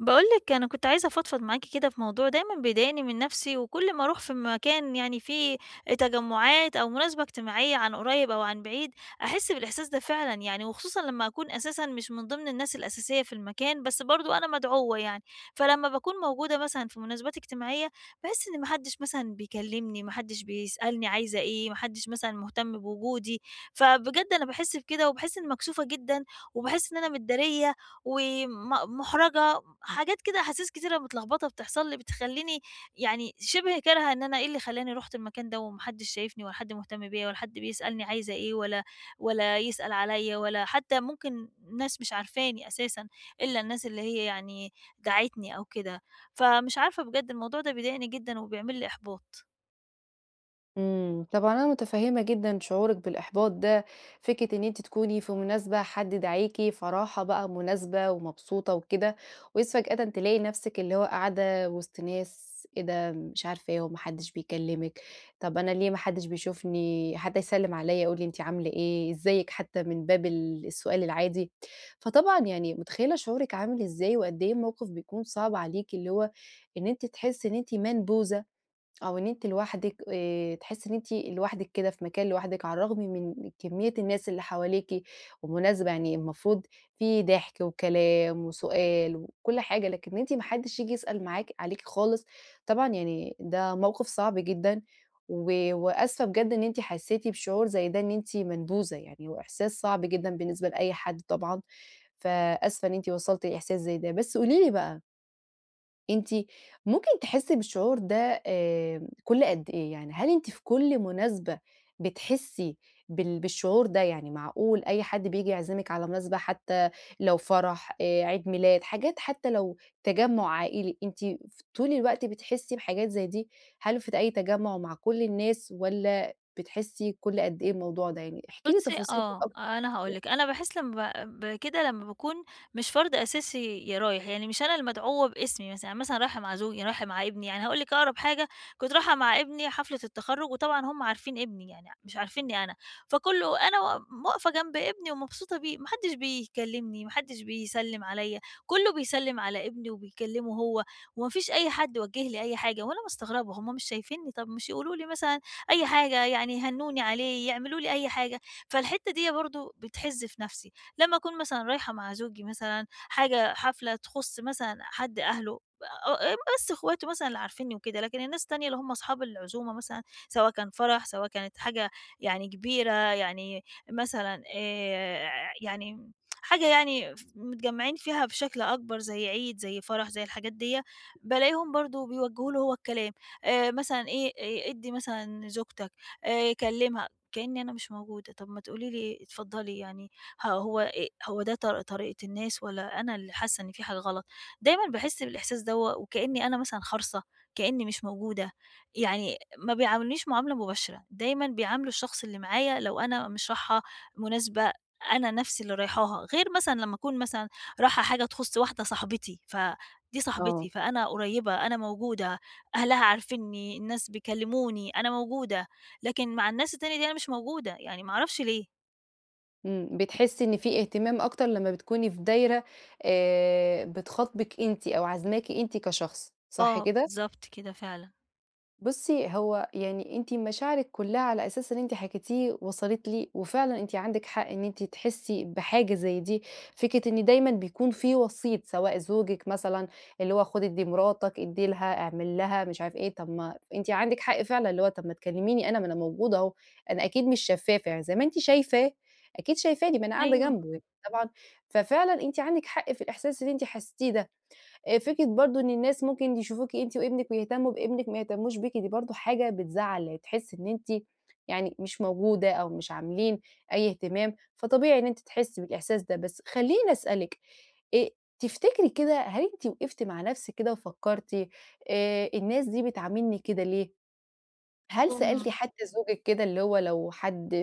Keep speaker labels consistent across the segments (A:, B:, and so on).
A: باقول لِك أنا كنت عايزة أفضفض معاكِ كده في موضوع دايمًا بيضايقني من نَفْسي، وكل ما أروح في مكان يعني فيه تجمُّعات أو مناسبة اجتماعية عن قريب أو عن بعيد، أحِس بالإحساس ده فعلًا يعني، وخصوصًا لمّا أكون أساسًا مش من ضمن الناس الأساسية في المكان، بس برضه أنا مدعوّة يعني. فلمّا باكون موجودة مثلًا في مناسبات اجتماعية، باحِس إن ما حدّش مثلًا بيكلّمني، ما حدّش بيسألني عايزة إيه، ما حدّش مثلًا مهتم بوجودي، فبجد أنا باحِس بكده وباحِس إنّي مكسوفة جدًا وباحِس إن أنا متدارية وم مُحرَجة. حاجات كده، أحاسيس كتيرة متلخبطة بتحصل لي، بتخلّيني يعني شِبه كارهة، إن أنا إيه اللي خلّاني رُحت المكان ده وما حدش شايفني ولا حد مهتم بيّا ولا حد بيسألني عايزة إيه ولا يسأل عليّا، ولا حتى ممكن ناس مش عارفاني أساسًا، إلا الناس اللي هي يعني دعِتني أو كده، فمش عارفة بجد الموضوع ده بيضايقني جدًا وبيعمل لي إحباط.
B: طبعًا أنا متفهمة جدًا شعورِك بالإحباط ده، فكرة إن أنتِ تكوني في مناسبة حد دعاكِ، فرحة بقى مناسبة ومبسوطة وكده، وإذ فجأةً تلاقي نفسِك اللي هو قاعدة وسط ناس إيه ده مش عارفة إيه وما حدش بيكلمِك. طب أنا ليه ما حدش بيشوفني، حد يسلم عليَّ يقول لي أنتِ عاملة إيه، إزيك حتى من باب السؤال العادي. فطبعًا يعني متخيلة شعورِك عامل إزاي، وقد إيه الموقف بيكون صعب عليكِ، اللي هو إن أنتِ تحسي إن أنتِ منبوذة أو إن أنتِ لوحدِك تحسّي إن أنتِ لوحدِك كده في مكان لوحدِك، على الرغم من كمية الناس اللي حواليكِ، ومناسبة يعني المفروض في ضحك وكلام وسؤال وكل حاجة، لكن إن أنتِ ما حدّش ييجي يسأل معاكِ عليكِ خالص. طبعًا يعني ده موقف صعب جدًا، وآسفة بجد إن أنتِ حسّيتِ بشعور زي ده إن أنتِ منبوذة يعني، وإحساس صعب جدًا بالنسبة لأي حد طبعًا. فآسفة إن أنتِ وصلتِ لإحساس زي ده، بس قولي لي بقى أنتِ ممكن تحسّي بالشعور ده كل قد إيه؟ يعني هل أنتِ في كل مناسبة بتحسّي بالشعور ده؟ يعني معقول أي حد بييجي يعزمِك على مناسبة حتى لو فرح، عيد ميلاد، حاجات حتى لو تجمُّع عائلي، أنتِ طول الوقت بتحسّي بحاجات زي دي؟ هل في أي تجمُّع ومع كل الناس والّا بتحسّي كل قد إيه الموضوع ده؟ يعني احكي لي
A: بُصّي
B: تفاصيل كده
A: آه،
B: أكتر.
A: أنا هاقول لِك، أنا باحس لمّا بكده لمّا باكون مش فرد أساسي رايح، يعني مش أنا المدعوة باسمي مثلًا، يعني مثلًا رايحة مع زوجي، رايحة مع ابني، يعني هاقول لِك أقرب حاجة. كنت رايحة مع ابني حفلة التخرُّج، وطبعًا هُم عارفين ابني يعني، مش عارفينّي أنا، فكله أنا واقفة جنب ابني ومبسوطة بيه، ما حدّش بيكلّمني، ما حدّش بيسلّم عليّا، كله بيسلّم على ابني وبيكلّمه هو، وما فيش أي حد وجّه لي أي حاجة، وأنا مستغربة هُم مش شايفينّي، طَب مش يقولوا لي مثلًا أي حاجة، يعني يهنّوني عليه، يعملوا لي أي حاجة. فالحتّة ديّة برضه بتحِز في نَفْسي، لمّا أكون مثلًا رايحة مع زوجي مثلًا حاجة، حفلة تخُص مثلًا حد أهله، بس إخواته مثلًا اللي عارفينّي وكده، لكن الناس التانية اللي هم أصحاب العزومة مثلًا، سواء كان فرح، سواء كانت حاجة يعني كبيرة، يعني مثلًا يعني حاجة يعني ف متجمّعين فيها بشكل أكبر، زي عيد، زي فرح، زي الحاجات ديّة، بالاقيهم برضه بيوجّهوا له هو الكلام، مثلًا إيه، ادّي مثلًا زوجتك، كلّمها. كأني أنا مش موجودة، طب ما تقولي لي اتفضلي يعني. ه هو هو ده طريقة الناس، والّا أنا اللي حاسة إن في حاجة غلط؟ دايمًا باحس بالإحساس دوّة وكأني أنا مثلًا خرصة، كأني مش موجودة، يعني ما بيعاملونيش معاملة مباشرة، دايمًا بيعاملوا الشخص اللي معايا لو أنا مش رايحة مناسبة أنا نفسي اللي رايحاها. غير مثلًا لمّا أكون مثلًا رايحة حاجة تخُص واحدة صاحبتي، فدي
B: آه.
A: صاحبتي، فأنا قريبة، أنا موجودة، أهلها عارفينّي، الناس بيكلموني، أنا موجودة. لكن مع الناس التانية دي أنا مش موجودة، يعني ما أعرفش ليه.
B: إمم، بتحسّي إن في اهتمام أكتر لمّا بتكوني في دايرة بتخاطبِك أنتِ أو عازماكِ أنتِ كشخص، صح
A: آه،
B: كده؟
A: بالضبط كده فعلًا.
B: بُصّي، هو يعني أنتِ مشاعرِك كلّها على أساس اللي أنتِ حكيتيه وصلت لي، وفعلًا أنتِ عندِك حق إن أنتِ تحسّي بحاجة زي دي. فكرة إن دايمًا بيكون في وسيط سواء زوجِك مثلًا اللي هو خُد ادّي مراتك، ادّي لها، اعمل لها، مش عارف إيه، طَب ما أنتِ عندِك حق فعلًا اللي هو طَب ما تكلّميني أنا، ما أنا موجودة أهو. أنا أكيد مش شفّافة يعني زي ما أنتِ شايفاه، أكيد شايفاني ما أنا قاعدة
A: أيوه،
B: جنبه يعني طبعًا. ففعلًا أنتِ عندِك حق في الإحساس اللي أنتِ حسيتيه ده. فكرة برضه إن الناس ممكن يشوفوكِ أنتِ وابنِك ويهتمّوا بابنِك ما يهتمّوش بيكِ، دي برضه حاجة بتزعّل، تحسّي إن أنتِ يعني مش موجودة أو مش عاملين أي اهتمام، فطبيعي إن أنتِ تحسّي بالإحساس ده. بس خلّيني أسألِك، آآ تفتكري كده هل أنتِ وقفتِ مع نَفْسِك كده وفكّرتِ الناس دي بتعاملني كده ليه؟ هل
A: هم
B: سألتِ حتى زوجِك كده اللي هو لو حد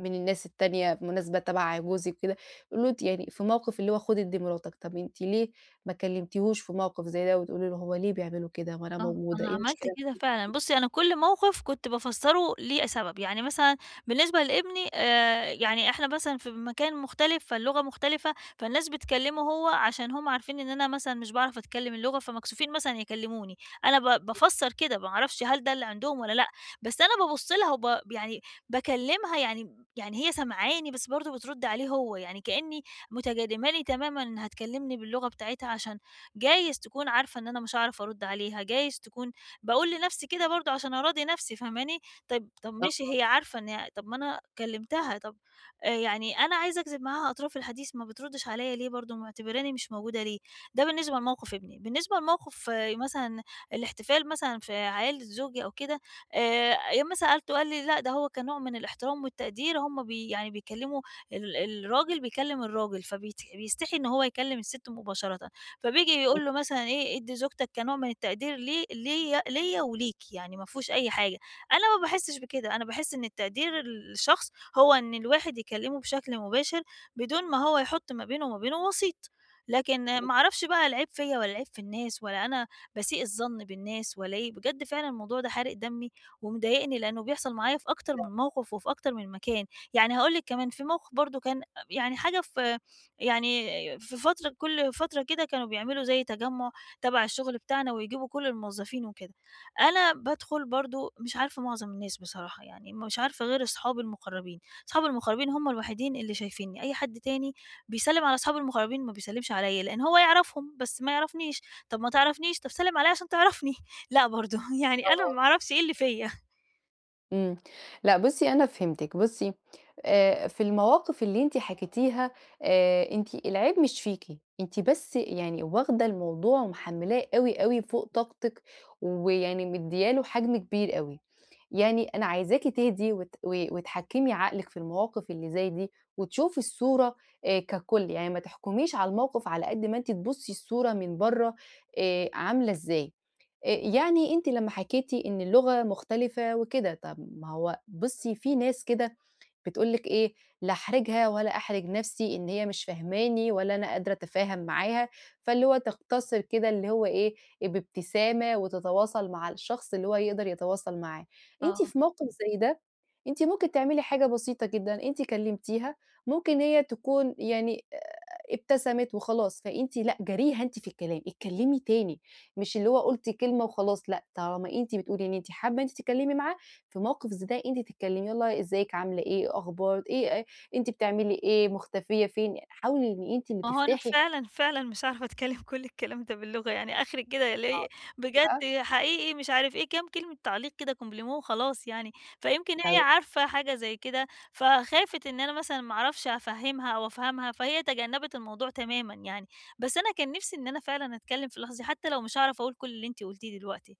B: من الناس التانية بمناسبة تبع جوزِك وكده، قولوا له أنتِ يعني في موقف اللي هو خدي ادّي مراتك، طب أنتِ ليه ما كلمتيهوش في موقف زي ده وتقولي له هو ليه بيعملوا كده ما أنا
A: آه،
B: موجودة،
A: أنا
B: إيه
A: عملت
B: المشكلة أمّا
A: كده
B: تيجي
A: فعلًا. بُصّي، أنا كل موقف كنت بافسّره ليه سبب، يعني مثلًا بالنسبة لابني، يعني إحنا مثلًا في مكان مختلف، فاللغة مختلفة، فالناس بتكلّمه هو عشان هُم عارفين إن أنا مثلًا مش باعرف أتكلّم اللغة، فمكسوفين مثلًا يكلّموني. أنا بافسّر كده، ما أعرفش هل ده اللي عندهم والّا لأ، بس أنا بابُص لها وب يعني باكلّمها، يعني هي سامعاني، بس برضه بترُد عليه هو، يعني كإنّي متجادماني تمامًا إنها تكلّمني باللغة بتاعتها، عشان جايز تكون عارفة إن أنا مش هاعرف أرُدّ عليها، جايز تكون. باقول لنفسي كده برضه عشان أراضي نفسي، فاهماني؟ طيب طب
B: آه،
A: ماشي، هي عارفة إن هي، طب ما أنا كلمتها، طب يعني أنا عايزة أجذب معاها أطراف الحديث، ما بتردّش عليَّ ليه؟ برضه معتبراني مش موجودة ليه؟ ده بالنسبة لموقف ابني. بالنسبة لموقف مثلًا الاحتفال مثلًا في عيلة زوجي أو كده، ياما سألته، قال لي: "لأ، ده هو كنوع من الاحترام والتقدير، هم بي يعني بيكلموا ال الراجل، بيكلم الراجل، فبيت بيستحي إن هو يكلم الست مباشرةً." فبييجي يقول له مثلًا إيه، ادّي زوجتك كنوع من التقدير، لي ليّا وليكِ، يعني ما فيهوش أي حاجة. أنا ما باحسّش بكده، أنا باحس إن التقدير للشخص هو إن الواحد يكلّمه بشكل مباشر، بدون ما هو يحُط ما بينه وما بينه وسيط. لكن ما أعرفش بقى العيب فيّا والّا العيب في الناس، والّا أنا باسيء الظن بالناس والّا إيه. بجد فعلًا الموضوع ده حارق دمي ومضايقني، لإنه بيحصل معايا في أكتر من موقف وفي أكتر من مكان. يعني هاقول لِك كمان في موقف برضه كان يعني حاجة في، يعني في فترة كل فترة كده كانوا بيعملوا زي تجمُّع تبع الشغل بتاعنا، ويجيبوا كل الموظفين وكده. أنا بادخل برضه مش عارفة معظم الناس بصراحة، يعني مش عارفة غير أصحابي المُقرّبين. أصحابي المُقرّبين هم الوحيدين اللي شايفينّي، أي حد تاني بيسلِّم على أصحابه المُقرّبين، ما بيسلِّمش عليّا، لإن هو يعرفهم بس ما يعرفنيش. طَب ما تعرفنيش، طَب سلِّم عليّا عشان تعرفني، لأ برضه، يعني أنا
B: آه،
A: ما أعرفش إيه اللي فيّا.
B: إمم. لأ بُصّي أنا فهمتِك. بُصّي في المواقف اللي أنتِ حكيتيها أنتِ العيب مش فيكِ، أنتِ بس يعني واخدة الموضوع ومحملاه أوي، أوي فوق طاقتِك، ويعني مديّة له حجم كبير أوي. يعني أنا عايزاكِ تهدي وت و وتحكّمي عقلِك في المواقف اللي زي دي، وتشوفي الصورة ككُل، يعني ما تحكميش على الموقف على قد ما أنتِ تبُصّي الصورة من برّه عاملة إزاي. يعني أنتِ لمّا حكيتِ إن اللغة مختلفة وكده، طَب ما هو بُصّي في ناس كده بتقول لِك إيه، لا أحرجها ولا أحرج نفسي إن هي مش فاهماني ولا أنا قادرة أتفاهم معاها، فاللي هو تقتصر كده اللي هو إيه، بابتسامة وتتواصل مع الشخص اللي هو يقدر يتواصل معاه. أنتِ
A: آه.
B: في موقف زي ده، أنتِ ممكن تعملي حاجة بسيطة جدًا، أنتِ كلمتيها، ممكن هي تكون يعني ابتسمت وخلاص، فأنتِ لأ جاريها أنتِ في الكلام، اتكلمي تاني، مش اللي هو قُلتِ كلمة وخلاص لأ، طالما أنتِ بتقولي إن أنتِ حابة إن أنتِ تتكلمي معاها في موقف زي ده أنتِ تتكلمي، يالّا إزيِك، عاملة إيه، أخبار إيه أنتِ بتعملي إيه، مختفية فين، يعني حاولي إن أنتِ اللي
A: ما هو أنا
B: تفتحي
A: فعلًا، فعلًا مش عارفة أتكلم كل الكلام ده باللغة، يعني آخري كده
B: آه،
A: ألاقي
B: إيه بقى
A: بجد، حقيقي مش عارف إيه، كام كلمة تعليق كده، compliment وخلاص يعني. فيمكن هي عارفة حاجة زي كده، فخافت إن أنا مثلًا ما أعرفش أفهّمها أو أفهمها، فهي تجنبت الموضوع تمامًا يعني. بس أنا كان نِفْسي إن أنا فعلًا أتكلم في اللحظة دي، حتى لو مش هاعرف أقول كل اللي أنتِ قُلتيه دلوقتي.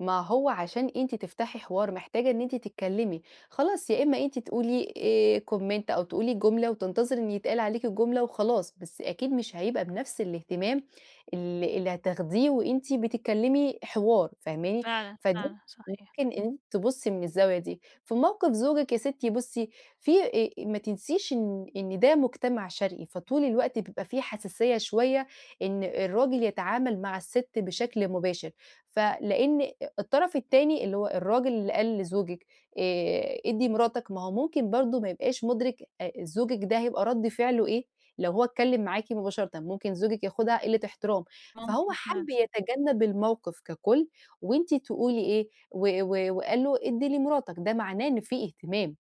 B: ما هو عشان أنتِ تفتحي حوار محتاجة إن أنتِ تتكلمي، خلاص يا إما أنتِ تقولي comment أو تقولي جملة وتنتظري إن يتقال عليكِ الجملة وخلاص، بس أكيد مش هيبقى بنفس الاهتمام اللي هتاخديه وأنتِ بتتكلمي حوار، فاهماني؟
A: فعلًا،
B: فدي
A: فعلًا صحيح.
B: ممكن إن أنتِ تبُصي من الزاوية دي. في موقف زوجِك يا ستي بُصي، في ما تنسيش إن ده مجتمع شرقي، فطول الوقت بيبقى في حساسية شوية إن الراجل يتعامل مع الست بشكل مباشر. فلإن الطرف التاني اللي هو الراجل اللي قال لزوجِك ادّي مراتك، ما هو ممكن برضه ما يبقاش مُدرِك زوجِك ده هيبقى رَد فعله إيه لو هو اتكلّم معاكِ مباشرةً، ممكن زوجِك ياخدها قِلّة احترام. فهو
A: ممكن فعلًا.
B: حَب يتجنّب الموقف ككُل وأنتِ تقولي إيه، و و وقال له ادّي لي مراتك، ده معناه إن في اهتمام.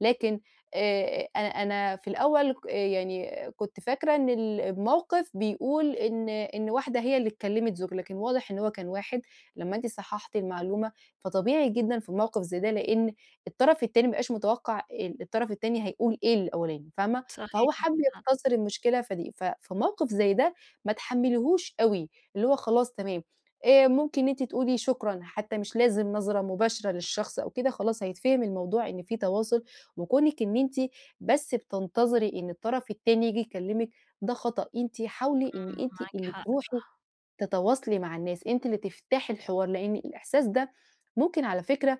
B: لكن أنا في الأول ك آه، يعني كنت فاكرة إن الموقف بيقول إن واحدة هي اللي كلّمت زوجها، لكن واضح إن هو كان واحد لمّا أنتِ صححتِ المعلومة. فطبيعي جدًا في موقف زي ده، لإن الطرف التاني ما بيبقاش متوقع الطرف التاني هيقول إيه للأولاني، فاهمة؟ فهو
A: صحيح
B: حَب
A: معاكِ حق.
B: يقتصر المشكلة فدي في موقف زي ده ما تحمّليهوش أوي، اللي هو خلاص تمام، ممكن أنتِ تقولي شكرًا، حتى مش لازم نظرة مباشرة للشخص أو كده، خلاص هيتفهم الموضوع إن في تواصل. وكونِك إن أنتِ بس بتنتظري إن الطرف التاني ييجي يكلمِك ده خطأ، أنتِ حاولي إن
A: إمم،
B: أنتِ
A: معاكِ
B: اللي
A: حق.
B: تروحي تتواصلي مع الناس، أنتِ اللي تفتحي الحوار. لإن الإحساس ده ممكن على فكرة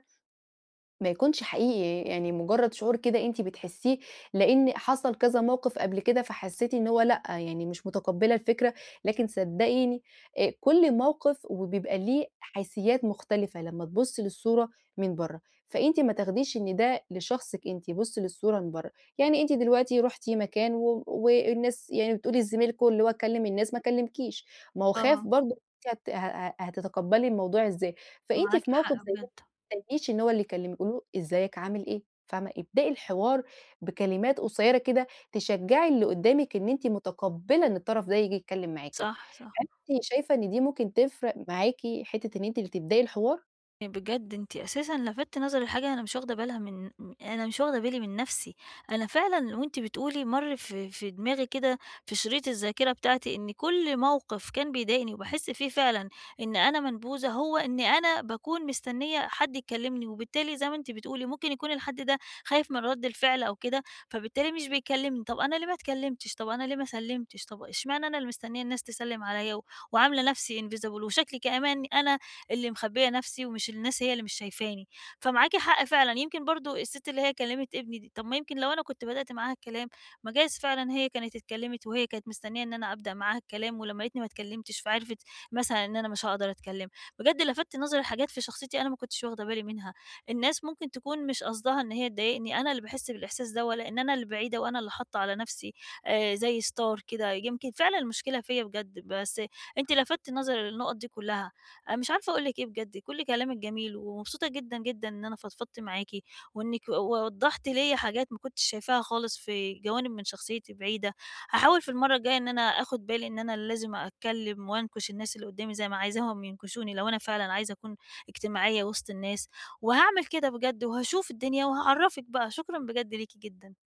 B: ما يكونش حقيقي، يعني مجرد شعور كده أنتِ بتحسّيه، لإن حصل كذا موقف قبل كده فحسّيتِ إن هو لأ، يعني مش متقبّلة الفكرة. لكن صدّقيني كل موقف وبيبقى ليه حيثيات مختلفة لمّا تبُصّي للصورة من برّه، فأنتِ ما تاخديش إن ده لشخصِك أنتِ، بُصّي للصورة من برّه، يعني أنتِ دلوقتي رُحتِ مكان والناس يعني بتقولي لزميلكم اللي هو كلّم الناس ما كلّمكيش، ما هو خاف
A: آه،
B: برضه أنتِ هت ه ه هتتقبّلي الموضوع إزاي، فأنتِ
A: معاكِ
B: في موقف
A: حق
B: زي
A: بجد.
B: تستنيش إن هو اللي يكلمِك، قولي له إزيك عامل إيه، فاهمة، ابدئي الحوار بكلمات قصيرة كده تشجّعي اللي قدّامِك إن أنتِ متقبّلة إن الطرف ده ييجي يتكلم معاكِ.
A: صح، صح.
B: أنتِ شايفة إن دي ممكن تفرق معاكِ حتّة إن أنتِ اللي تبدئي الحوار؟
A: يعني بجد أنتِ أساسًا لفتِّ نظري لحاجة أنا مش واخدة بالها من م أنا مش واخدة بالي من نفسي. أنا فعلًا وأنتِ بتقولي مَر في دماغي كده، في شريط الذاكرة بتاعتي، إن كل موقف كان بيضايقني وباحس فيه فعلًا إن أنا منبوذة، هو إن أنا باكون مستنية حد يكلمني، وبالتالي زي ما أنتِ بتقولي ممكن يكون الحد ده خايف من رد الفعل أو كده، فبالتالي مش بيكلمني. طب أنا ليه ما اتكلمتش؟ طب أنا ليه ما سلمتش؟ طب إشمعنى أنا اللي مستنية الناس تسلم عليَّ، وعاملة نفسي invisible، وشكلي كمان أنا اللي مخبية نفسي، ومش الناس هي اللي مش شايفاني. فمعاكِ حق فعلًا. يمكن برضه الست اللي هي كلمت ابني دي، طب ما يمكن لو أنا كنت بدأت معاها الكلام، ما جايز فعلًا هي كانت اتكلمت، وهي كانت مستنية إن أنا أبدأ معاها الكلام، ولمّا لقيتني ما اتكلمتش فعرفت مثلًا إن أنا مش هاقدر أتكلم. بجد لفَتّ نظري لحاجات في شخصيتي أنا ما كنتش واخدة بالي منها. الناس ممكن تكون مش قصدها إن هي تضايقني، أنا اللي باحس بالإحساس دوّة، لإن أنا اللي بعيدة وأنا اللي حاطة على نفسي زي ستار كده. يمكن فعلًا المشكلة فيّا بجد، بس أنتِ لفتِّ نظري للنقط دي كلها. أنا مش عارفة أقول لِك إيه بجد، كُلّ كلامِك جميل، ومبسوطة جدًا، جدًا إن أنا فضفضت معاكِ، وإنِّك وضّحتِ ليّا حاجات ما كنتش شايفاها خالص في جوانب من شخصيتي بعيدة. هاحاول في المرّة الجاية إن أنا آخد بالي إن أنا لازم أتكلّم وأنكش الناس اللي قدّامي زي ما عايزاهم ينكشوني، لو أنا فعلًا عايزة أكون اجتماعية وسط الناس. وهاعمل كده بجد، وهاشوف الدنيا وهاعرّفِك بقى. شكرًا بجد ليكِ جدًا.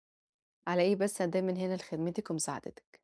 B: على إيه بس، أنا دايمًا هنا لخدمتِك ومساعدتِك.